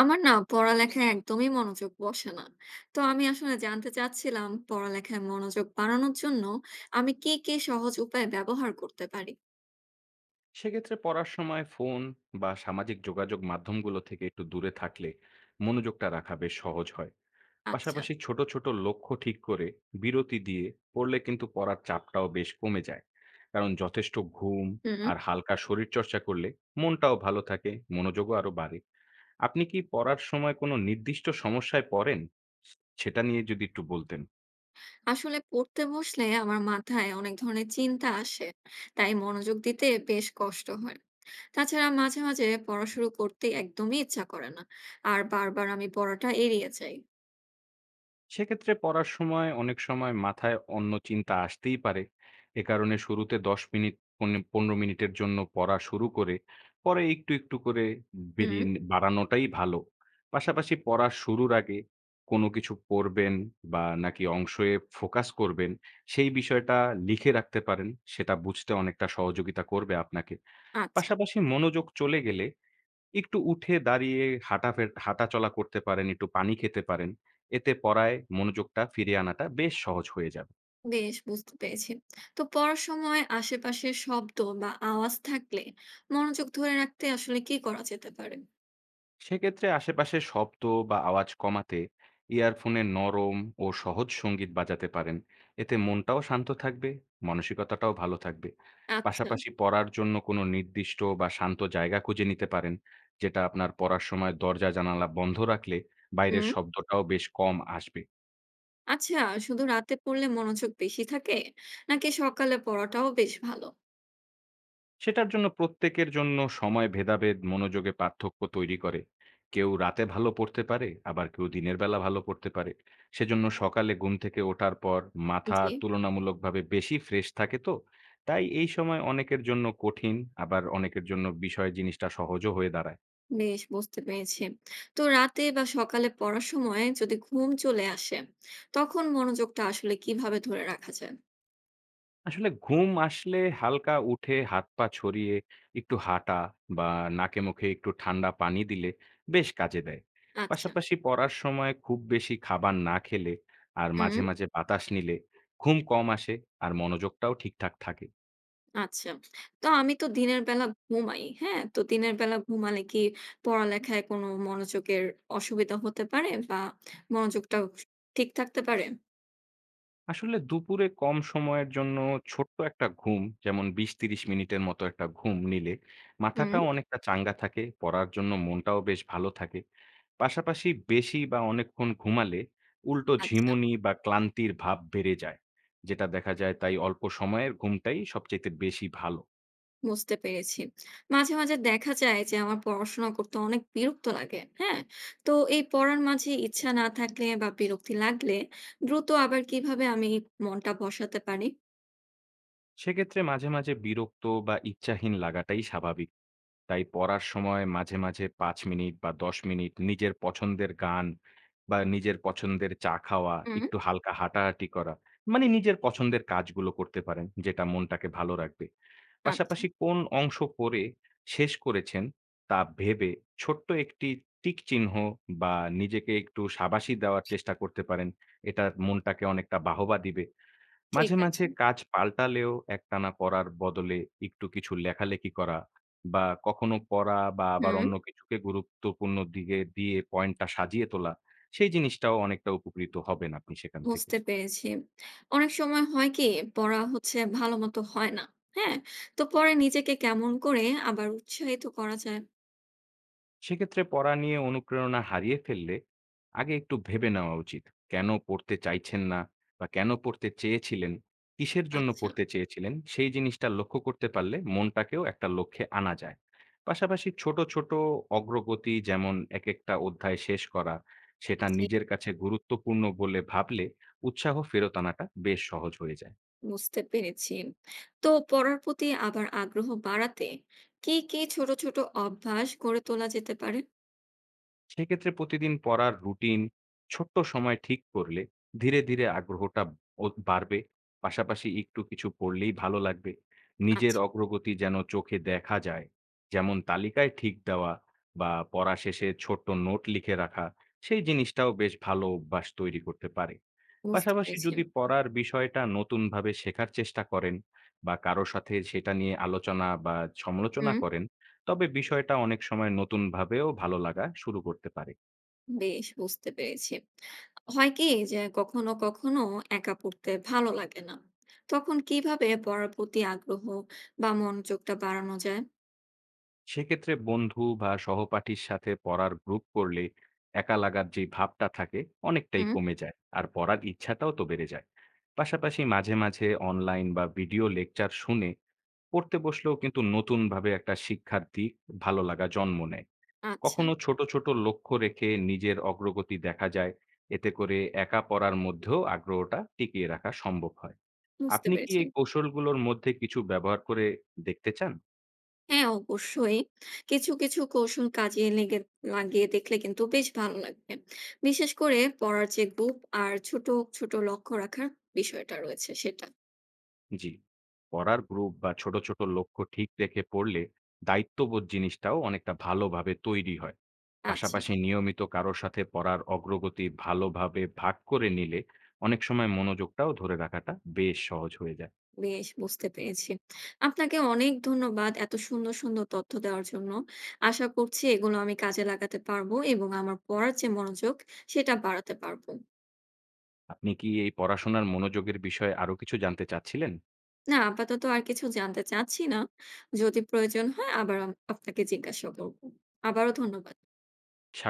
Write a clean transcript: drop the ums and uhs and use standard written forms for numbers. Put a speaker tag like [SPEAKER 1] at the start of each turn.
[SPEAKER 1] আমার না পড়ালেখায় একদমই মনোযোগ বসে না। তো আমি আসলে জানতে চাচ্ছিলাম পড়ালেখায় মনোযোগ বাড়ানোর জন্য আমি কি সহজ উপায় ব্যবহার করতে পারি?
[SPEAKER 2] সেক্ষেত্রে পড়ার সময় ফোন বা সামাজিক যোগাযোগ মাধ্যমগুলো থেকে একটু দূরে থাকলে মনোযোগটা রাখা বেশ সহজ হয়।
[SPEAKER 1] আচ্ছা।
[SPEAKER 2] পাশাপাশি ছোট ছোট লক্ষ্য ঠিক করে বিরতি দিয়ে পড়লে কিন্তু পড়ার চাপটাও বেশ কমে যায়। কারণ যথেষ্ট ঘুম
[SPEAKER 1] হুম।
[SPEAKER 2] আর হালকা শরীর চর্চা করলে মনটাও ভালো থাকে, মনোযোগও আরো বাড়ে। আপনি কি পড়ার সময় কোনো নির্দিষ্ট সমস্যায় পড়েন, সেটা নিয়ে যদি একটু বলতেন।
[SPEAKER 1] আসলে পড়তে বসলে আমার মাথায় অনেক ধরনের চিন্তা আসে। তাই মনোযোগ দিতে বেশ কষ্ট হয়। তাছাড়া মাঝে মাঝে পড়া শুরু করতে একদমই ইচ্ছা করে না। আর বারবার আমি পড়াটা এড়িয়ে যাই।
[SPEAKER 2] সেক্ষেত্রে পড়ার সময় অনেক সময় মাথায় অন্য চিন্তা আসতেই পারে। এ কারণে শুরুতে ১০ মিনিট পনেরো মিনিটের জন্য পড়া শুরু করে পরে একটু একটু করে
[SPEAKER 1] হুম।
[SPEAKER 2] বাড়ানোটাই ভালো। পাশাপাশি পড়া শুরুর আগে কোনো কিছু পড়বেন বা নাকি অংশে ফোকাস করবেন, সেই বিষয়টা লিখে রাখতে পারেন। সেটা বুঝতে অনেকটা সহযোগিতা করবে আপনাকে।
[SPEAKER 1] আচ্ছা।
[SPEAKER 2] পাশাপাশি মনোযোগ চলে গেলে একটু উঠে দাঁড়িয়ে হাঁটাচলা করতে পারেন, একটু পানি খেতে পারেন। এতে পড়ায় মনোযোগটা ফিরিয়ে আনাটা বেশ সহজ হয়ে যাবে।
[SPEAKER 1] বেশ বুঝতে পেরেছি। তো পড়ার সময় আশেপাশে শব্দ বা আওয়াজ থাকলে মনোযোগ ধরে রাখতে আসলে কি করা যেতে পারে?
[SPEAKER 2] সেক্ষেত্রে আশেপাশের শব্দ বা আওয়াজ কমাতে ইয়ারফোনে নরম ও সহজ সংগীত বাজাতে পারেন। এতে মনটাও শান্ত থাকবে, মানসিকতাটাও ভালো থাকবে।
[SPEAKER 1] আচ্ছা।
[SPEAKER 2] পাশাপাশি পড়ার জন্য কোনো নির্দিষ্ট বা শান্ত জায়গা খুঁজে নিতে পারেন। যেটা আপনার পড়ার সময় দরজা-জানালা বন্ধ রাখলে বাইরের
[SPEAKER 1] হুম।
[SPEAKER 2] শব্দটাও বেশ কম আসবে।
[SPEAKER 1] আচ্ছা। শুধু রাতে পড়লে মনোযোগ বেশি থাকে নাকি সকালে পড়াটাও বেশ ভালো?
[SPEAKER 2] সেটার জন্য প্রত্যেকের জন্য সময় ভেদাভেদ মনোযোগে পার্থক্য তৈরি করে। কেউ রাতে ভালো পড়তে পারে, আবার কেউ দিনের বেলা ভালো পড়তে পারে। সেজন্য সকালে ঘুম থেকে ওঠার পর মাথা
[SPEAKER 1] জি।
[SPEAKER 2] তুলনামূলকভাবে বেশি ফ্রেশ থাকে তো। তাই এই সময় অনেকের জন্য কঠিন, আবার অনেকের জন্য বিষয় জিনিসটা সহজও হয়ে দাঁড়ায়।
[SPEAKER 1] বেশ বুঝতে পেরেছি। তো রাতে বা সকালে পড়ার সময় যদি ঘুম চলে আসে তখন মনোযোগটা আসলে কিভাবে ধরে রাখা যায়?
[SPEAKER 2] আসলে ঘুম আসলে হালকা উঠে হাত-পা ছড়িয়ে একটু হাঁটা বা নাকে মুখে একটু ঠান্ডা পানি দিলে বেশ কাজে দেয়।
[SPEAKER 1] আচ্ছা।
[SPEAKER 2] পাশাপাশি পড়ার সময় খুব বেশি খাবার না খেলে আর
[SPEAKER 1] হুম।
[SPEAKER 2] মাঝে, মাঝে বাতাস নিলে ঘুম কম আসে আর মনোযোগটাও ঠিকঠাক থাকে।
[SPEAKER 1] আচ্ছা। তো আমি তো দিনের বেলা ঘুমাই। হ্যাঁ? তো দিনের বেলা ঘুমালে কি পড়ালেখায় কোনো মনোযোগের অসুবিধা হতে পারে? বা মনোযোগটা ঠিক থাকতে পারে?
[SPEAKER 2] আসলে দুপুরে কম সময়ের জন্য ছোট্ট একটা ঘুম, যেমন ২০-৩০ মিনিটের মতো একটা ঘুম নিলে
[SPEAKER 1] হুম।
[SPEAKER 2] মাথাটাও অনেকটা চাঙ্গা থাকে, পড়ার জন্য মনটাও বেশ ভালো থাকে। পাশাপাশি বেশি বা অনেকক্ষণ ঘুমালে উল্টো
[SPEAKER 1] আচ্ছা,
[SPEAKER 2] ঝিমুনি বা ক্লান্তির ভাব বেড়ে যায়, যেটা দেখা যায়। তাই অল্প সময়ের ঘুমটাই সবচেয়ে বেশি ভালো।
[SPEAKER 1] বুঝতে পেরেছি। মাঝে মাঝে দেখা যায় যে আমার পড়াশোনা করতে অনেক বিরক্ত লাগে। হ্যাঁ? তো এই পড়ার মাঝে ইচ্ছা না থাকলে বা বিরক্তি লাগলে দ্রুত আবার কিভাবে আমি মনটা বসাতে পারি?
[SPEAKER 2] সেক্ষেত্রে মাঝে মাঝে বিরক্ত বা ইচ্ছাহীন লাগাটাই স্বাভাবিক। তাই পড়ার সময় মাঝে মাঝে ৫ মিনিট বা ১০ মিনিট নিজের পছন্দের গান বা নিজের পছন্দের চা খাওয়া,
[SPEAKER 1] হুম।
[SPEAKER 2] একটু হালকা হাঁটাহাঁটি করা, মানে নিজের পছন্দের কাজগুলো করতে পারেন যেটা মনটাকে ভালো রাখবে।
[SPEAKER 1] আচ্ছা,
[SPEAKER 2] পাশাপাশি কোন অংশ পড়ে শেষ করেছেন তা ভেবে ছোট্ট একটি টিক চিহ্ন বা নিজেকে একটু সাবাসি দেওয়ার চেষ্টা করতে পারেন। এটা মনটাকে অনেকটা বাহবা দিবে।
[SPEAKER 1] ঠিক
[SPEAKER 2] মাঝে, মাঝে
[SPEAKER 1] আছে।
[SPEAKER 2] কাজ পাল্টালেও একটানা পড়ার বদলে একটু কিছু লেখালেখি করা বা কখনো পড়া বা আবার
[SPEAKER 1] হুম।
[SPEAKER 2] অন্য কিছুকে গুরুত্বপূর্ণ দিকে দিয়ে পয়েন্টটা সাজিয়ে তোলা, সেই জিনিসটাও অনেকটা উপকৃত হবেন আপনি সেখান থেকে।
[SPEAKER 1] বুঝতে পেরেছি। অনেক সময় হয় কি পড়া হচ্ছে ভালোমতো হয় না। হ্যাঁ? তো পরে নিজেকে কেমন করে আবার উৎসাহিত করা যায়?
[SPEAKER 2] সেক্ষেত্রে পড়া নিয়ে অনুপ্রেরণা হারিয়ে ফেললে আগে একটু ভেবে নেওয়া উচিত। কেন পড়তে চাইছেন না বা কেন পড়তে চেয়েছিলেন, কিসের জন্য
[SPEAKER 1] আচ্ছা,
[SPEAKER 2] পড়তে চেয়েছিলেন, সেই জিনিসটা লক্ষ্য করতে পারলে মনটাকেও একটা লক্ষ্যে আনা যায়। পাশাপাশি ছোট, ছোট অগ্রগতি যেমন একেকটা অধ্যায় শেষ করা, সেটা
[SPEAKER 1] জি।
[SPEAKER 2] নিজের কাছে গুরুত্বপূর্ণ বলে ভাবলে উৎসাহ ফেরত আনাটা বেশ সহজ হয়ে যায়।
[SPEAKER 1] বুঝতে পেরেছি। তো পড়ার প্রতি আবার আগ্রহ বাড়াতে কি কি ছোট, ছোট অভ্যাস গড়ে তোলা যেতে পারে?
[SPEAKER 2] সেক্ষেত্রে প্রতিদিন পড়ার রুটিন ছোট্ট সময় ঠিক করলে ধীরে ধীরে আগ্রহটা বাড়বে। পাশাপাশি একটু কিছু পড়লেই ভালো লাগবে, নিজের
[SPEAKER 1] আচ্ছা,
[SPEAKER 2] অগ্রগতি যেন চোখে দেখা যায়, যেমন তালিকায় ঠিক দেওয়া বা পড়া শেষে ছোট্ট নোট লিখে রাখা, সেই জিনিসটাও বেশ ভালো অভ্যাস তৈরি করতে পারে।
[SPEAKER 1] বুঝতে
[SPEAKER 2] পাশাপাশি
[SPEAKER 1] পেরেছি।
[SPEAKER 2] যদি পড়ার বিষয়টা নতুনভাবে শেখার চেষ্টা করেন বা কারো সাথে সেটা নিয়ে আলোচনা বা সমালোচনা
[SPEAKER 1] হুম,
[SPEAKER 2] করেন, তবে বিষয়টা অনেক সময় নতুনভাবেও ভালো লাগা শুরু করতে পারে।
[SPEAKER 1] বেশ বুঝতে পেরেছি। হয় কি যে কখনো কখনো একা পড়তে ভালো লাগে না। তখন কিভাবে পড়ার প্রতি আগ্রহ বা মনোযোগটা বাড়ানো যায়?
[SPEAKER 2] সেক্ষেত্রে বন্ধু বা সহপাঠীর সাথে পড়ার গ্রুপ করলে একা লাগার যে ভাবটা থাকে অনেকটাই
[SPEAKER 1] হুম,
[SPEAKER 2] কমে যায়, আর পড়ার ইচ্ছাটাও তো বেড়ে যায়। পাশাপাশি মাঝে মাঝে অনলাইন বা ভিডিও লেকচার শুনে পড়তে বসলেও কিন্তু নতুনভাবে একটা শিক্ষার দিক, ভালো লাগা জন্ম নেয়।
[SPEAKER 1] আচ্ছা,
[SPEAKER 2] কখনো ছোট ছোট লক্ষ্য রেখে নিজের অগ্রগতি দেখা যায়, এতে করে একা পড়ার মধ্যেও আগ্রহটা টিকিয়ে রাখা সম্ভব হয়।
[SPEAKER 1] বুঝতে
[SPEAKER 2] আপনি কি
[SPEAKER 1] পেরেছি।
[SPEAKER 2] এই কৌশলগুলোর মধ্যে কিছু ব্যবহার করে দেখতে চান?
[SPEAKER 1] হ্যাঁ, অবশ্যই। কিছু কিছু কৌশল কাজে লেগে লাগিয়ে দেখলে কিন্তু বেশ ভালো লাগবে। বিশেষ করে পড়ার যে গ্রুপ আর ছোট, ছোট লক্ষ্য রাখার বিষয়টা রয়েছে সেটা।
[SPEAKER 2] জি। পড়ার গ্রুপ বা ছোট, ছোট লক্ষ্য ঠিক রেখে পড়লে দায়িত্ববোধ জিনিসটাও অনেকটা ভালোভাবে তৈরি হয়।
[SPEAKER 1] আচ্ছা,
[SPEAKER 2] পাশাপাশি নিয়মিত কারো সাথে পড়ার অগ্রগতি ভালোভাবে ভাগ করে নিলে অনেক সময় মনোযোগটাও ধরে রাখাটা বেশ সহজ হয়ে যায়।
[SPEAKER 1] বেশ বুঝতে পেরেছি। আপনাকে অনেক ধন্যবাদ এত সুন্দর, সুন্দর তথ্য দেওয়ার জন্য। আশা করছি এগুলো আমি কাজে লাগাতে পারবো এবং আমার পড়ার যে মনোযোগ সেটা বাড়াতে পারবো।
[SPEAKER 2] আপনি কি এই পড়াশোনার মনোযোগের বিষয়ে আরো কিছু জানতে চাচ্ছিলেন?
[SPEAKER 1] না, আপাতত আর কিছু জানতে চাচ্ছি না। যদি প্রয়োজন হয় আবার আপনাকে জিজ্ঞাসা করব। আবারও ধন্যবাদ।
[SPEAKER 2] স্বা